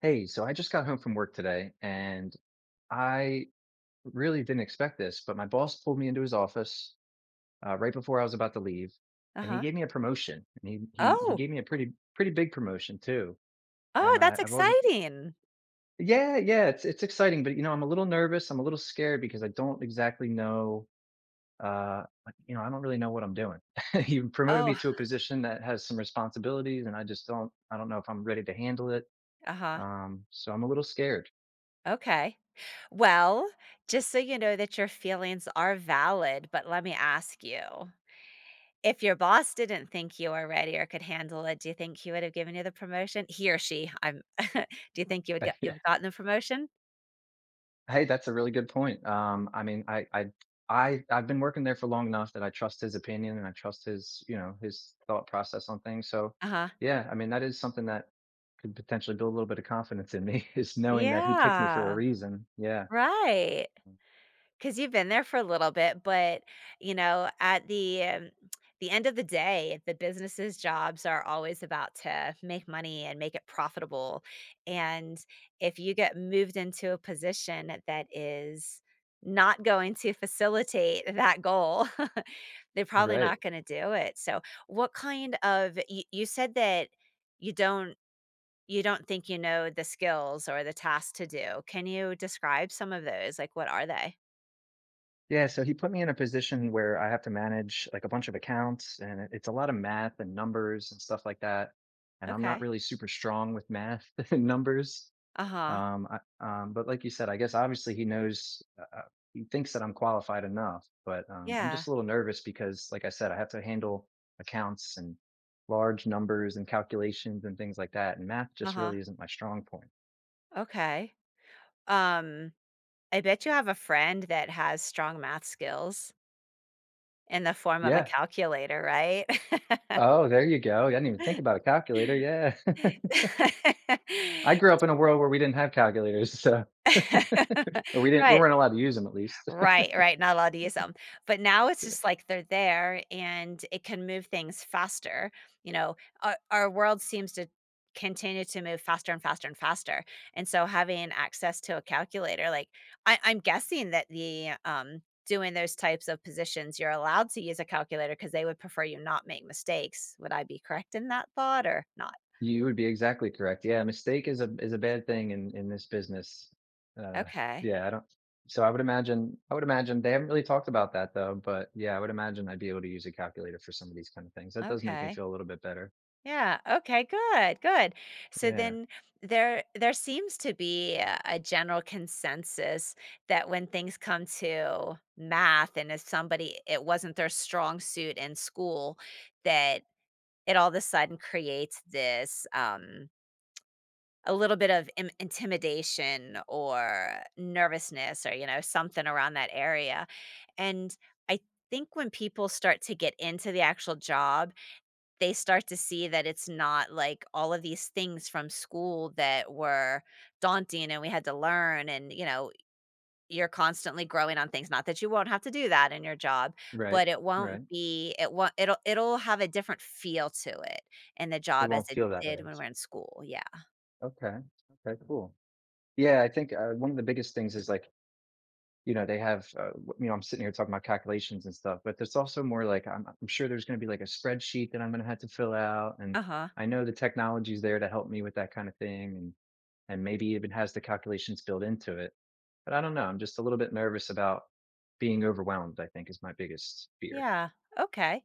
Hey, so I just got home from work today and I really didn't expect this, but my boss pulled me into his office right before I was about to leave and he Uh-huh. gave me a promotion. And he Oh, gave me a pretty big promotion too. oh, And that's I wasn't exciting. yeah, yeah, it's exciting, but you know, I'm a little nervous, I'm a little scared because I don't exactly know I don't really know what I'm doing. He promoted Oh. me to a position that has some responsibilities and I just don't know if I'm ready to handle it. Uh-huh. So I'm a little scared. Okay. Well, just so you know that your feelings are valid, but let me ask you, if your boss didn't think you were ready or could handle it, do you think he would have given you the promotion? He or she, I'm do you think you would get you've gotten the promotion? Hey, that's a really good point. I mean, I've been working there for long enough that I trust his opinion and I trust his, you know, his thought process on things. So, Uh-huh. yeah, I mean, that is something that could potentially build a little bit of confidence in me is knowing that he picked me for a Yeah. reason. Yeah, Right. 'Cause you've been there for a little bit, but, you know, at the end of the day, the businesses' jobs are always about to make money and make it profitable, and if you get moved into a position that is not going to facilitate that goal, they're probably right. not gonna do it, so what kind of you said that you don't you don't think you know the skills or the tasks to do, can you describe some of those? Like, what are they? Yeah, so he put me in a position where I have to manage like a bunch of accounts and it's a lot of math and numbers and stuff like that. And I'm not Okay. really super strong with math and numbers. Uh-huh. Um, I, but like you said, I guess obviously he knows, he thinks that I'm qualified enough, but I'm Yeah. just a little nervous because, like I said, I have to handle accounts and large numbers and calculations and things like that. And math just Uh-huh. really isn't my strong point. Okay. Um, I bet you have a friend that has strong math skills in the form of a Yeah. calculator, right? Oh, there you go. I didn't even think about a calculator. Yeah. I grew up in a world where we didn't have calculators, so or we Right. weren't allowed to use them at least. Right, right, not allowed to use them, but now it's just like they're there and it can move things faster, you know, our world seems to continue to move faster and faster and faster, and so having access to a calculator, like, I'm guessing that doing those types of positions, you're allowed to use a calculator because they would prefer you not make mistakes. Would I be correct in that thought or not? You would be exactly correct. Yeah, a mistake is a bad thing in this business. Uh, Okay, yeah, I don't. So I would imagine they haven't really talked about that though, but yeah, I would imagine I'd be able to use a calculator for some of these kind of things. That does make me okay. feel a little bit better. Yeah, okay, good, good. So Yeah, then there seems to be a general consensus that when things come to math and if somebody it wasn't their strong suit in school, that it all of a sudden creates this a little bit of intimidation or nervousness or you know something around that area. And I think when people start to get into the actual job, they start to see that it's not like all of these things from school that were daunting and we had to learn, and you know, you're constantly growing on things, not that you won't have to do that in your job, right, but it won't right. be it won't it'll it'll have a different feel to it in the It job as won't it feel that did way. when we're in school. Yeah, Okay, okay, cool. Yeah, I think one of the biggest things is like you know, they have, you know, I'm sitting here talking about calculations and stuff, but there's also more like I'm sure there's going to be like a spreadsheet that I'm going to have to fill out. And uh-huh. I know the technology's there to help me with that kind of thing. And maybe even has the calculations built into it. But I don't know. I'm just a little bit nervous about being overwhelmed, I think is my biggest fear. Yeah, okay.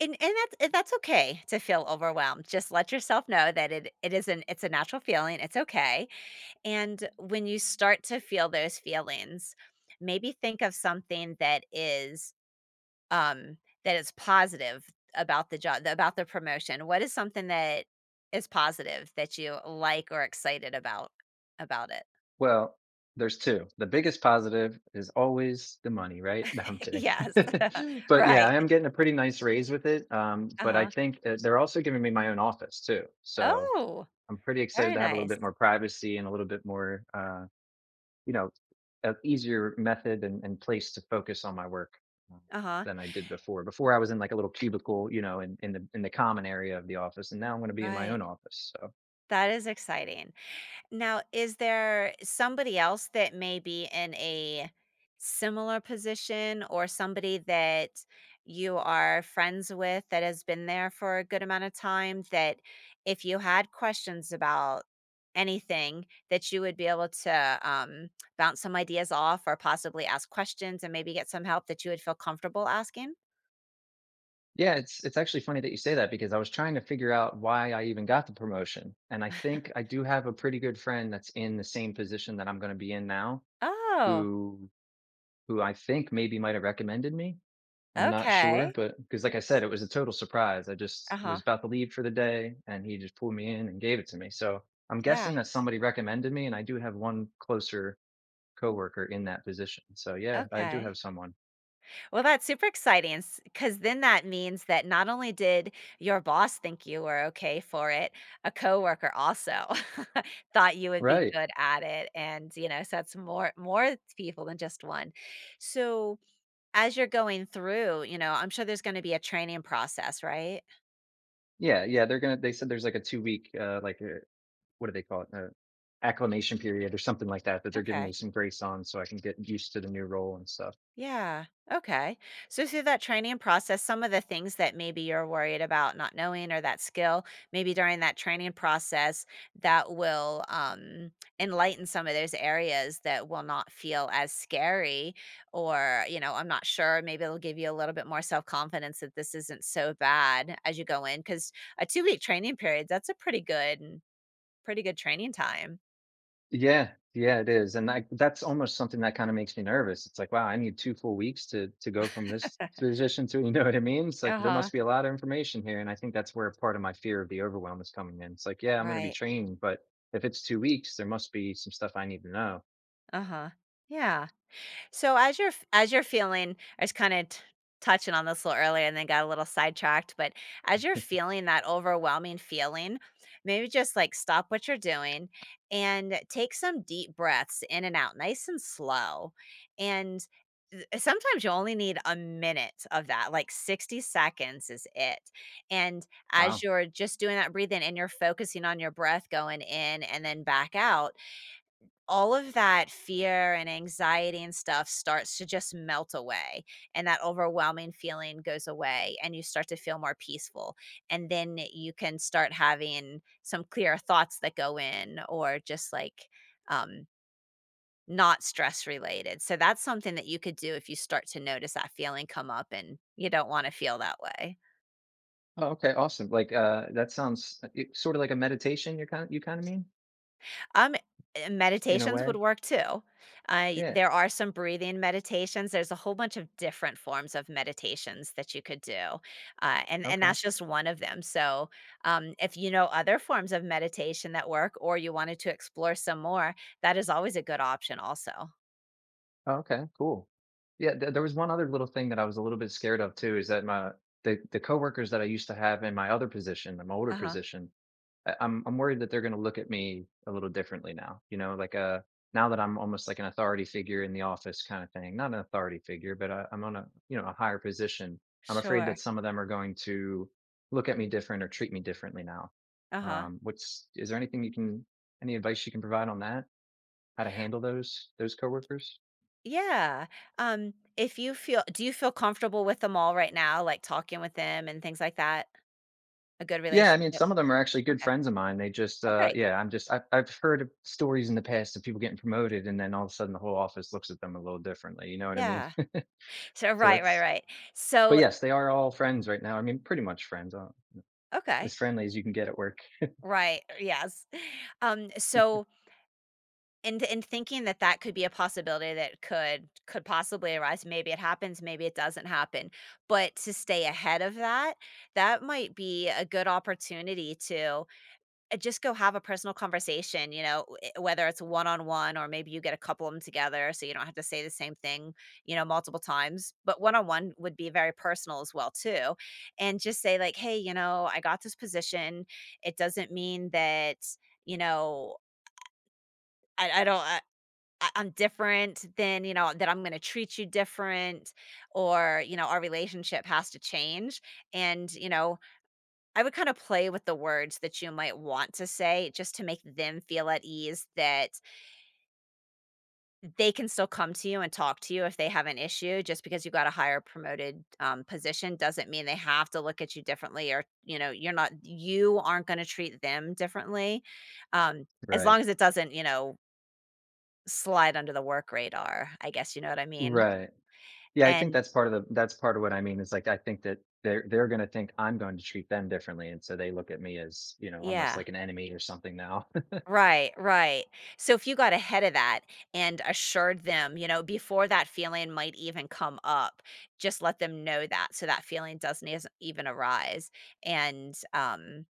And that's, and that's okay to feel overwhelmed. Just let yourself know that it isn't, it's a natural feeling, it's okay. And when you start to feel those feelings, maybe think of something um that is positive about the job, about the promotion. What is something that is positive that you like or excited about it? Well, there's two. The biggest positive is always the money, right? No, I'm kidding. Yes. But yeah, Right. I am getting a pretty nice raise with it. But I Uh-huh. think that they're also giving me my own office too. So Oh, I'm pretty excited very to have a little nice. bit more privacy and a little bit more, you know, an easier method and place to focus on my work um, Uh-huh. than I did before. Before I was in like a little cubicle, you know, in the common area of the office, and now I'm going to be in my Right. own office. So That is exciting. Now, is there somebody else that may be in a similar position or somebody that you are friends with that has been there for a good amount of time, that if you had questions about anything that you would be able to bounce some ideas off or possibly ask questions and maybe get some help that you would feel comfortable asking? yeah, it's actually funny that you say that because I was trying to figure out why I even got the promotion, and I think I do have a pretty good friend that's in the same position that I'm going to be in now, Oh, who who I think maybe might have recommended me I'm not sure, okay. but because like I said, it was a total surprise. I just was Uh-huh. about to leave for the day and he just pulled me in and gave it to me. So I'm Yeah. guessing that somebody recommended me and I do have one closer coworker in that position. So yeah, I do Okay. have someone. Well, that's super exciting, because then that means that not only did your boss think you were okay for it, a coworker also thought you would be Right. good at it, and you know, so that's more people than just one. So as you're going through, you know, I'm sure there's going to be a training process, right? Yeah, yeah, they said there's like a 2 week what do they call it? Acclimation period or something like that that they're giving me Okay. some grace on so I can get used to the new role and stuff. Yeah. Okay. So through that training process, some of the things that maybe you're worried about not knowing or that skill, maybe during that training process, that will enlighten some of those areas that will not feel as scary, or you know, I'm not sure. Maybe it'll give you a little bit more self confidence that this isn't so bad as you go in, because a 2 week training period, that's a pretty good, pretty good training time. Yeah, yeah, it is, and I that's almost something that kinda makes me nervous. It's like, wow, I need 2 full weeks to go from this position to you know what I mean? It's like Uh there huh. must be a lot of information here, and I think that's where part of my fear of the overwhelm is coming in. It's like, yeah, I'm gonna be Right. trained, but if it's 2 weeks, there must be some stuff I need to know. Uh huh. Yeah. So as as you're feeling, I was kind of touching on this a little earlier, and then got a little sidetracked. But as you're feeling that overwhelming feeling, maybe just like stop what you're doing and take some deep breaths in and out, nice and slow. And sometimes you only need a minute of that, like 60 seconds is it. And as Wow. you're just doing that breathing and you're focusing on your breath going in and then back out, all of that fear and anxiety and stuff starts to just melt away, and that overwhelming feeling goes away and you start to feel more peaceful, and then you can start having some clear thoughts that go in, or just like um not stress related. So that's something that you could do if you start to notice that feeling come up and you don't want to feel that way. Oh, okay, awesome. Like, that sounds, it sorta like a meditation, you're kind of you kinda mean? Um, eh, In a meditations way? would work too. I Yeah, there are some breathing meditations. There's a whole bunch of different forms of meditations that you could do, and okay. that's just one of them. So, if you know other forms of meditation that work, or you wanted to explore some more, that is always a good option. Also, Oh, okay, cool. Yeah, th there was one other little thing that I was a little bit scared of too, is that my the coworkers that I used to have in my other position, in my older uh huh, position, I'm worried that they're going to look at me a little differently now. You know, like now that I'm almost like an authority figure in the office kind of thing. Not an authority figure, but I'm on a you know a higher position. I'm afraid sure, that some of them are going to look at me different or treat me differently now. uh huh, What's is there anything you can any advice you can provide on that? How to handle those coworkers? yeah. If you feel, do you feel comfortable with them all right now, like talking with them and things like that? A good Yeah, I mean, relationship. some of them are actually good Okay. friends of mine. They just, Oh, great. yeah, I've heard of stories in the past of people getting promoted, and then all of a sudden the whole office looks at them a little differently. You know what I mean? Yeah. So So right, right, that's, right. but So yes, they are all friends right now. I mean, pretty much friends, as okay, friendly as you can get at work. right, yes. So and in thinking that that could be a possibility that could possibly arise. Maybe it happens, maybe it doesn't happen. But to stay ahead of that, that might be a good opportunity to just go have a personal conversation, you know, whether it's one on one, or maybe you get a couple of them together so you don't have to say the same thing, you know, multiple times. But one on one would be very personal as well, too. And just say, like, hey, you know, I got this position. It doesn't mean that, you know, I don't. I- I'm different than, you know, that I'm going to treat you different, or, you know, our relationship has to change. And, you know, I would kind of play with the words that you might want to say just to make them feel at ease that they can still come to you and talk to you if they have an issue. Just because you got a higher promoted position doesn't mean they have to look at you differently, or, you know, you aren't going to treat them differently. Um, as Right. long as it doesn't, you know, slide under the work radar, I guess you know what I mean? Right. Yeah, I think And that's part of that's part of what I mean. Is like, I think that they're going to think I'm going to treat them differently. And so they look at me as, you know, almost yeah. like an enemy or something now. Right, right. So if you got ahead of that and assured them, you know, before that feeling might even come up, just let them know that, so that feeling doesn't is- even arise. And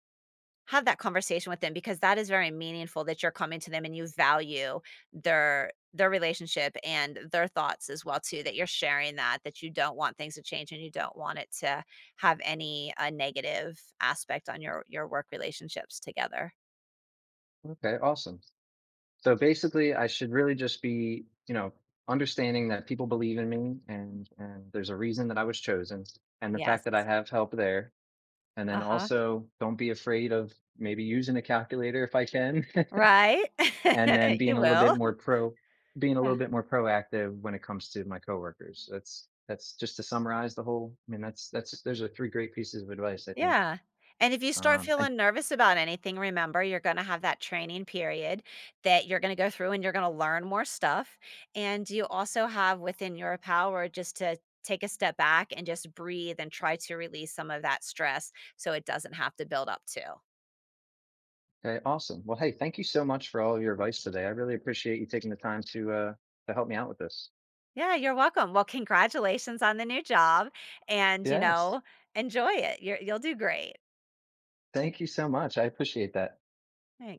have that conversation with them, because that is very meaningful, that you're coming to them and you value their relationship and their thoughts as well too, that you're sharing that, that you don't want things to change and you don't want it to have any negative aspect on your work relationships together. Okay. Awesome. So basically, I should really just be, you know, understanding that people believe in me and there's a reason that I was chosen and the fact that I Yes. have help there. And then Uh-huh. also don't be afraid of maybe using a calculator if I can Right? and then being You a little bit will. more pro being a little Yeah. bit more proactive when it comes to my coworkers. That's just to summarize the whole. I mean, that's those are three great pieces of advice, I think. Yeah. And if you start And feeling nervous about anything, remember you're gonna have that training period that you're gonna go through and you're gonna learn more stuff, and you also have within your power just to take a step back and just breathe and try to release some of that stress so it doesn't have to build up too. okay, awesome. Well, hey, thank you so much for all of your advice today. I really appreciate you taking the time to help me out with this. Yeah, you're welcome. Well, congratulations on the new job and, you Yes. know, enjoy it. You're you'll do great. Thank you so much. I appreciate that. Thanks.